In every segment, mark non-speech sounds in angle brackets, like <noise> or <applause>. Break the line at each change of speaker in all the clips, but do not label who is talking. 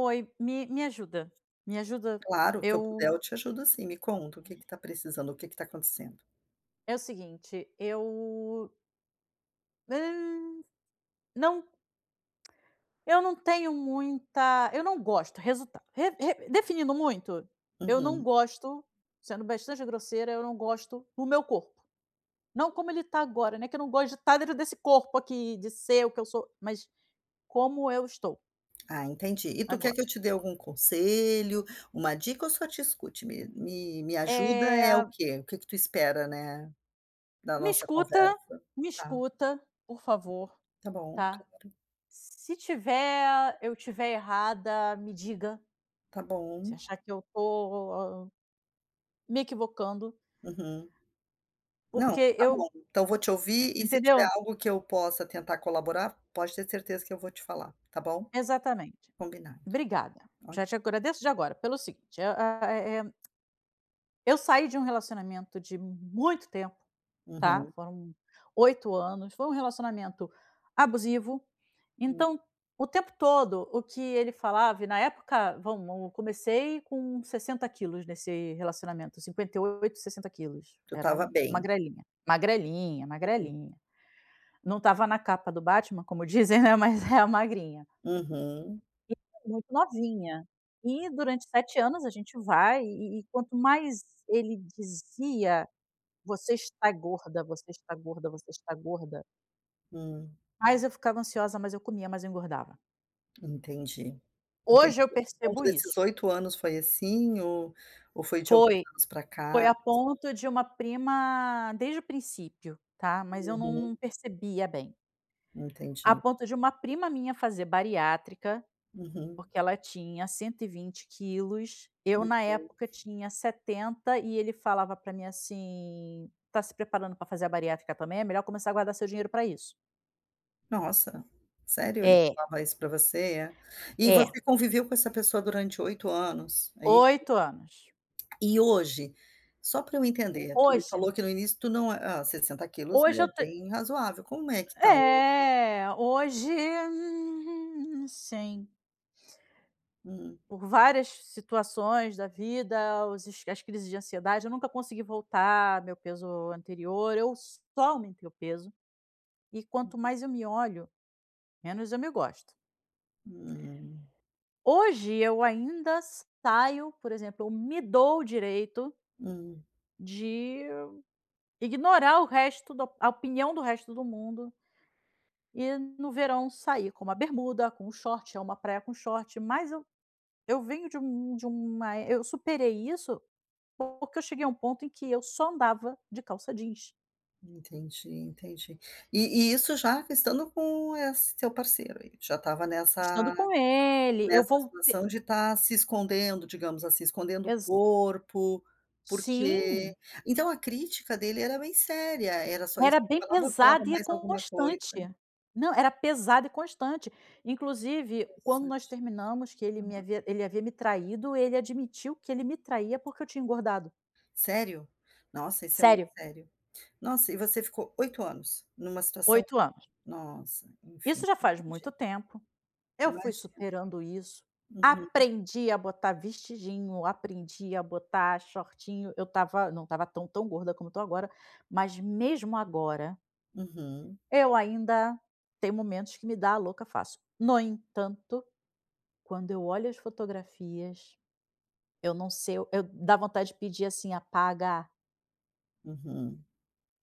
Oi, me ajuda, me ajuda.
Claro, o que eu puder
Eu
eu te ajudo sim, me conta o que tá precisando, o que tá acontecendo?
É o seguinte, hã, não eu não tenho muita eu não gosto, resultado re re definindo muito, eu não
Uhum.
gosto, sendo bastante grosseira, eu não gosto do meu corpo. Não como ele tá agora, né, que eu não gosto de estar dentro desse corpo aqui, de ser o que eu sou, mas como eu estou
Ah, entendi. E tu quer
agora.
que eu te dê algum conselho, uma dica ou só te escute? Me ajuda é o
Eh,
quê? O que tu espera, né, da
Me
nossa
escuta,
conversa?
me
Tá,
escuta, por favor,
tá bom,
tá? Se tiver eu tiver errada, me diga,
tá bom.
se achar que eu tô me equivocando,
Uhum. Não,
porque
tá
eu
bom. Então vou te ouvir e se tiver
entendeu?
algo que eu possa tentar colaborar, pode ter certeza que eu vou te falar, tá bom?
Exatamente.
Combinado.
Obrigada. Já
Ok.
te agradeço de agora pelo seguinte, eh eh, eu saí de um relacionamento de muito tempo. Tá?
Uhum.
Foram 8 anos, foi um relacionamento abusivo,
Hum.
então o tempo todo o que ele falava e na época vamos eu comecei com 60 quilos nesse relacionamento, 58, 60 quilos,
Tu
era
tava bem.
magrelinha, magrelinha,
Uhum.
magrelinha. Não estava na capa do Batman como <laughs> dizem, né, mas é a magrinha,
Uhum.
muito novinha. E durante 7 anos a gente vai e quanto mais ele dizia: "Você está gorda, você está gorda, você está gorda".
Hum.
Mas eu ficava ansiosa, mas eu comia, mas eu engordava.
Entendi,
Hoje
entendi.
eu
Ao longo
percebo
desses
isso.
8 anos foi assim ou foi de alguns
Foi,
anos pra
foi
cá?
a ponto de uma prima desde o princípio, tá, mas eu não
Uhum,
não percebia bem. A
entendi.
ponto de uma prima minha fazer bariátrica,
Uhum,
porque ela tinha 120 quilos, eu
hum.
na época tinha 70 e ele falava pra mim assim: "Tá se preparando pra fazer a bariátrica também? É melhor começar a guardar seu dinheiro pra isso".
Nossa, sério? Ele
É,
falava isso pra você, é? E
é.
você conviveu com essa pessoa durante 8 anos, é isso?
8 anos.
E hoje, só pra eu entender, tu me
Hoje
falou que no início tu não é, ah, 60 quilos
hoje eu
é
te
bem razoável, como é que tá hoje?
É, hoje, sim,
Hum,
por várias situações da vida, os es as crises de ansiedade, eu nunca consegui voltar ao meu peso anterior, eu só aumentei o peso, e quanto mais eu me olho, menos eu me gosto.
hum,
Hoje eu ainda saio, por exemplo, eu me dou o direito
hum.
de ignorar o resto da a opinião do resto do mundo e no verão sair com uma bermuda, com um short, é uma praia com short, mas Eu venho de um de uma eu superei isso, porque eu cheguei a um ponto em que eu só andava de calça jeans,
Entendi, entendi. E isso já estando com esse teu parceiro aí, já estava
estando
nessa
com ele, eu
nessa
voltei.
situação de estar se escondendo, digamos assim, escondendo o
Exa
corpo, porque
Sim,
então a crítica dele era bem séria, era só
era
isso que ele
bem
falava ou falava
pesado e é
mais alguma coisa?
constante. Não, era pesado e constante. Inclusive, quando nós
Interessante.
terminamos, que ele havia me traído, ele admitiu que ele me traía porque eu tinha engordado.
Sério? Nossa, isso é muito
Sério.
sério. Nossa, e você ficou 8 anos numa situação
8 anos.
nossa, enfim,
Isso já faz
entendi,
muito tempo. Eu fui
imagino.
superando isso,
Uhum,
aprendi a botar vestidinho, aprendi a botar shortinho, eu estava não estava tão, tão gorda como estou agora, mas mesmo agora,
uhum,
eu ainda tem momentos que me dá a louca fácil. No entanto, quando eu olho as fotografias, eu não sei, eu dá vontade de pedir assim: "Apaga,
uhum,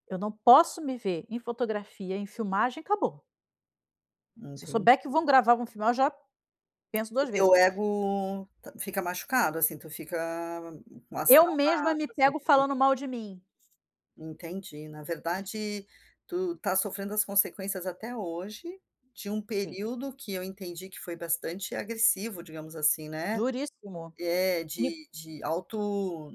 eu não posso me ver em fotografia, em filmagem, acabou. Se eu souber
entendi.
que vão gravar, vão filmar, eu já penso
O
2 vezes".
teu ego ta fica machucado, assim, tu fica com o
Eu
astral
mesma me
baixo, assim,
pego
te
falando mal de mim.
entendi. Na verdade, tu tá sofrendo as consequências até hoje de um
Sim.
período que eu entendi que foi bastante agressivo, digamos assim, né.
Duríssimo.
É,
E
de auto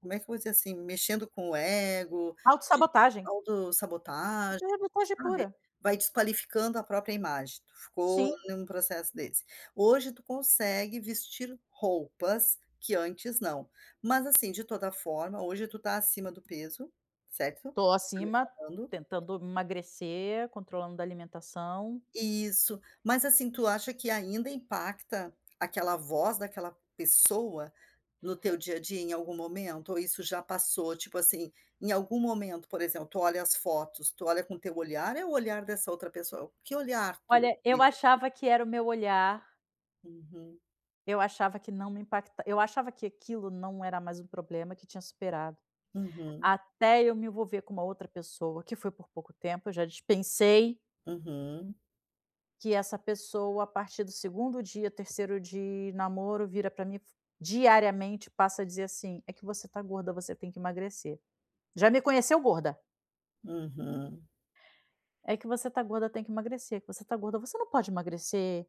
Como é que eu vou dizer assim, mexendo com o ego, de
autossabotagem.
autossabotagem,
Autossabotagem
sabe,
pura.
vai desqualificando a própria imagem, tu ficou
Sim,
num processo desse. Hoje tu consegue vestir roupas que antes não, mas assim, de toda forma, hoje tu tá acima do peso, certo?
tô
Tá me
acima,
falando.
tentando emagrecer, controlando da alimentação.
Isso. Mas assim, tu acha que ainda impacta aquela voz daquela pessoa no teu dia a dia em algum momento? Ou isso já passou? Tipo assim, em algum momento, por exemplo, tu olha as fotos, tu olha com teu olhar, é o olhar dessa outra pessoa. Que olhar tu?
Olha, eu achava que era o meu olhar,
Uhum,
eu achava que aquilo não era mais um problema, que tinha superado.
uhum,
Até eu me envolver com uma outra pessoa, que foi por pouco tempo, eu já dispensei
uhum,
que essa pessoa, a partir do segundo dia, terceiro dia de namoro, vira pra mim diariamente, passa a dizer assim: "É que você tá gorda, você tem que emagrecer". Já me conheceu gorda.
uhum.
"É que você tá gorda, tem que emagrecer, que você tá gorda, você não pode emagrecer".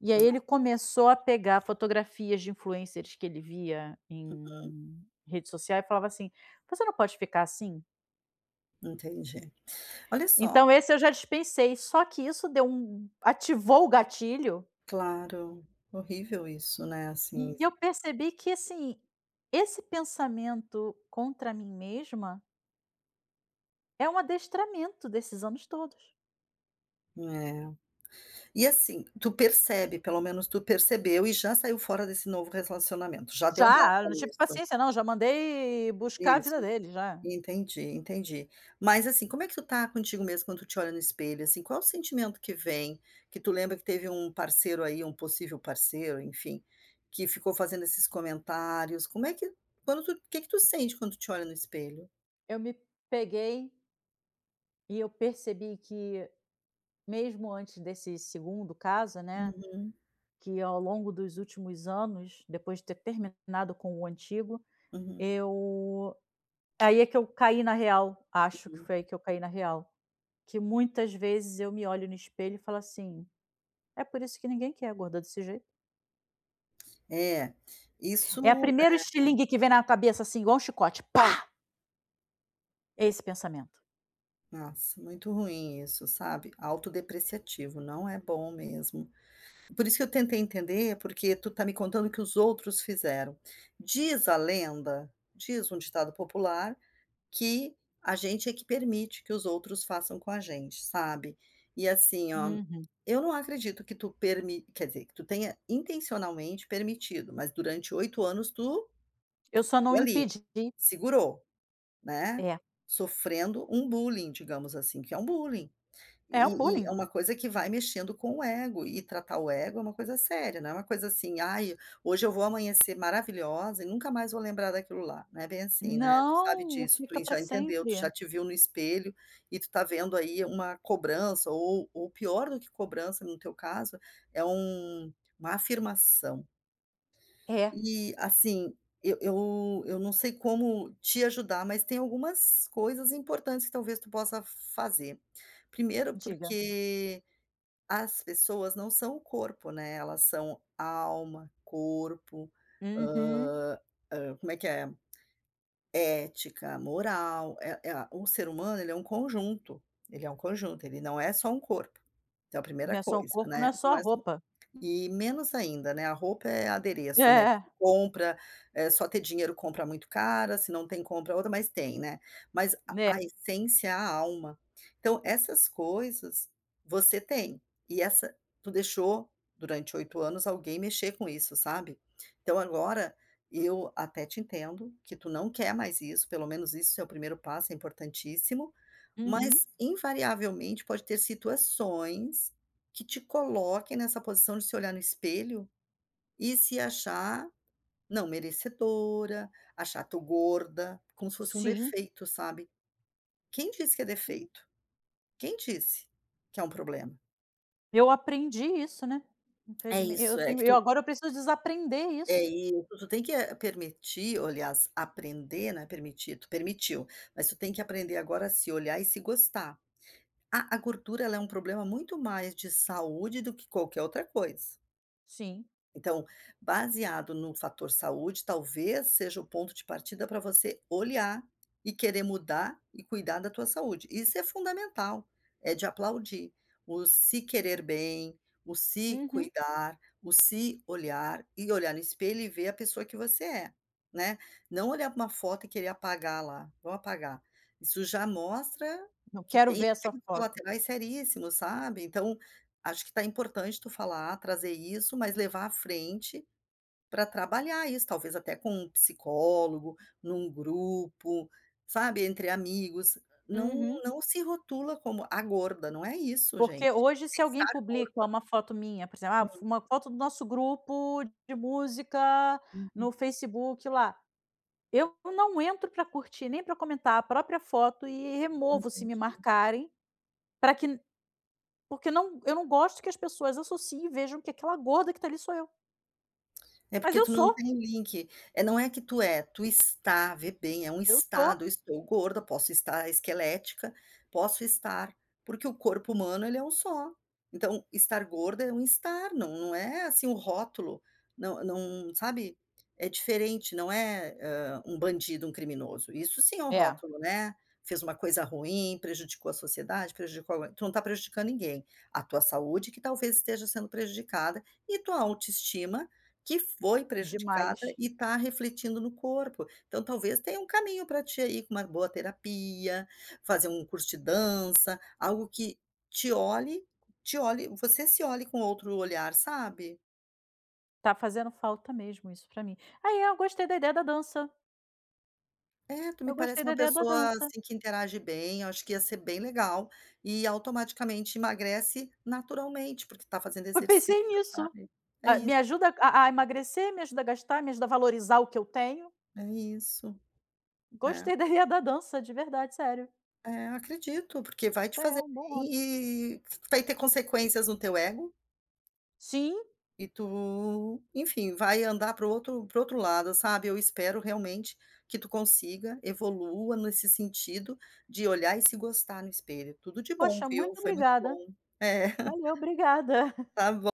E aí ele começou a pegar fotografias de influencers que ele via em rede social e falava assim: "Você não pode ficar assim?".
Entendi. Olha só,
Então esse eu já dispensei, só que isso deu um ativou o gatilho,
claro, horrível isso, né? Assim,
e eu percebi que, assim, esse pensamento contra mim mesma é um adestramento desses anos todos.
é. E assim, tu percebe, pelo menos tu percebeu e já saiu fora desse novo relacionamento, já deu um
Já,
basta
não tive
nisso.
paciência não, já mandei buscar a
Isso,
vida dele já.
entendi, entendi. Mas assim, como é que tu tá contigo mesmo quando tu te olha no espelho, assim, qual é o sentimento que vem, que tu lembra que teve um parceiro aí, um possível parceiro, enfim, que ficou fazendo esses comentários, como é que quando tu o que que tu sente quando tu te olha no espelho?
Eu me peguei e eu percebi que mesmo antes desse segundo caso, né,
Uhum,
que ao longo dos últimos anos, depois de ter terminado com o antigo,
uhum,
eu aí é que eu caí na real, acho que
uhum.
foi aí que eu caí na real, que muitas vezes eu me olho no espelho e falo assim: "É por isso que ninguém quer gorda desse jeito".
É, isso
É a primeiro estilingue que vem na cabeça, assim, igual um chicote, pá, é esse pensamento.
Nossa, muito ruim isso, sabe? Autodepreciativo, não é bom mesmo. Por isso que eu tentei entender, porque tu tá me contando que os outros fizeram. Diz a lenda, diz um ditado popular, que a gente é que permite que os outros façam com a gente, sabe? E assim, ó,
Uhum.
eu não acredito que tu permi, quer dizer, que tu tenha intencionalmente permitido, mas durante 8 anos tu
Eu só não
ficou ali,
impedi.
segurou, né?
é,
Sofrendo um bullying, digamos assim, que é um bullying
é um
e é
bullying.
uma coisa que vai mexendo com o ego, e tratar o ego é uma coisa séria, não é uma coisa assim: "Ai, hoje eu vou amanhecer maravilhosa e nunca mais vou lembrar daquilo lá", não é bem assim, né, tu sabe
Não,
disso, tu
fica para
já entendeu, tu
sempre.
já te viu no espelho e tu tá vendo aí uma cobrança ou pior do que cobrança no teu caso, é um uma afirmação.
É.
E assim, eu não sei como te ajudar, mas tem algumas coisas importantes que talvez tu possa fazer. Primeiro
Diga.
porque as pessoas não são o corpo, né, elas são alma, corpo,
Uhum.
hã como é que é? Ética, moral, a o ser humano ele é um conjunto, ele é um conjunto, ele não é só um corpo. Então a primeira
Não é só o
coisa,
corpo,
né,
não é só
não
a
é
roupa.
e menos ainda, né, a roupa é adereço, né,
É,
que compra, só ter dinheiro compra muito cara, se não tem compra outra, mas tem, né. Mas a
né.
a essência, é a alma. Então essas coisas você tem, e essa tu deixou durante 8 anos alguém mexer com isso, sabe. Então agora eu até te entendo que tu não quer mais isso, pelo menos isso é o primeiro passo, é importantíssimo,
Uhum.
mas, invariavelmente, pode ter situações que te coloquem nessa posição de se olhar no espelho e se achar não merecedora, achar "tô gorda", como se fosse um
Sim,
defeito, sabe. Quem disse que é
sim.
defeito? Quem disse que é um problema?
Eu aprendi isso, né,
É
infelizmen
isso,
eu
é
tenho
que
eu
tu
agora eu preciso desaprender
é
isso.
isso, tu tem que, permitir ou aliás, aprender, não é permitir, tu permitiu, mas tu tem que aprender agora a se olhar e se gostar. A gordura ela é um problema muito mais de saúde do que qualquer outra coisa.
Sim.
Então, baseado no fator saúde, talvez seja o ponto de partida para você olhar e querer mudar e cuidar da tua saúde. Isso é fundamental, é de aplaudir. O se querer bem, o se
Uhum.
cuidar, o se olhar e olhar no espelho e ver a pessoa que você é, né? Não olhar para uma foto e querer apagar lá, vou apagar. Isso já mostra
Não
que
quero
tem
ver essa
efeitos
foto.
colaterais seríssimos, sabe? Então, acho que está importante tu falar, trazer isso, mas levar à frente para trabalhar isso, talvez até com um psicólogo, num grupo, sabe, entre amigos. Não
Uhum.
não se rotula como a gorda, não é isso
Porque
gente.
hoje se alguém
Pensar gordo.
publica uma foto minha, por exemplo, uma foto do nosso grupo de música
Hum,
no Facebook lá. Eu não entro para curtir, nem para comentar a própria foto e removo se me
entendi.
marcarem, para que porque não eu não gosto que as pessoas associem e vejam que aquela gorda que está ali sou eu.
É
Mas
porque
eu
tu não
sou,
tem link. É, não é que tu é, tu está, vê bem, é um
eu tô.
estado. Eu estou gorda, posso estar esquelética, posso estar, porque o corpo humano ele é um só. Então, estar gorda é um estar, não é assim um rótulo, não sabe, é diferente, não é, hã, um bandido, um criminoso. Isso sim é um
É,
rótulo, né. Fez uma coisa ruim, prejudicou a sociedade, prejudicou alguém. Tu não está prejudicando ninguém. A tua saúde que talvez esteja sendo prejudicada e tua autoestima que foi prejudicada
demais.
e está refletindo no corpo. Então, talvez tenha um caminho para ti aí, com uma boa terapia, fazer um curso de dança, algo que te olhe te olhe você se olhe com outro olhar, sabe.
Tá fazendo falta mesmo isso para mim. Aí eu gostei da ideia da dança,
É, tu me
eu
parece
gostei da
uma
ideia da
pessoa,
dança.
assim, que interage bem, eu acho que ia ser bem legal, e automaticamente emagrece naturalmente, porque está fazendo
Eu
exercício,
pensei nisso.
sabe. É
Ah, me
isso,
ajuda a emagrecer, me ajuda a gastar, me ajuda a valorizar o que eu tenho.
é isso. É.
Gostei da <laughs> ideia da dança, de verdade, sério.
É, eu acredito, porque vai te
É
fazer
um
bem
bom hobby.
e vai ter consequências no teu ego
Sim,
e tu, enfim, vai andar para o outro para outro lado, sabe. Eu espero realmente que tu consiga, evolua nesse sentido de olhar e se gostar no espelho. Tudo de bom,
poxa,
viu.
muito
Foi muito
obrigada.
bom. É, <laughs>
Valeu, obrigada.
tá bom.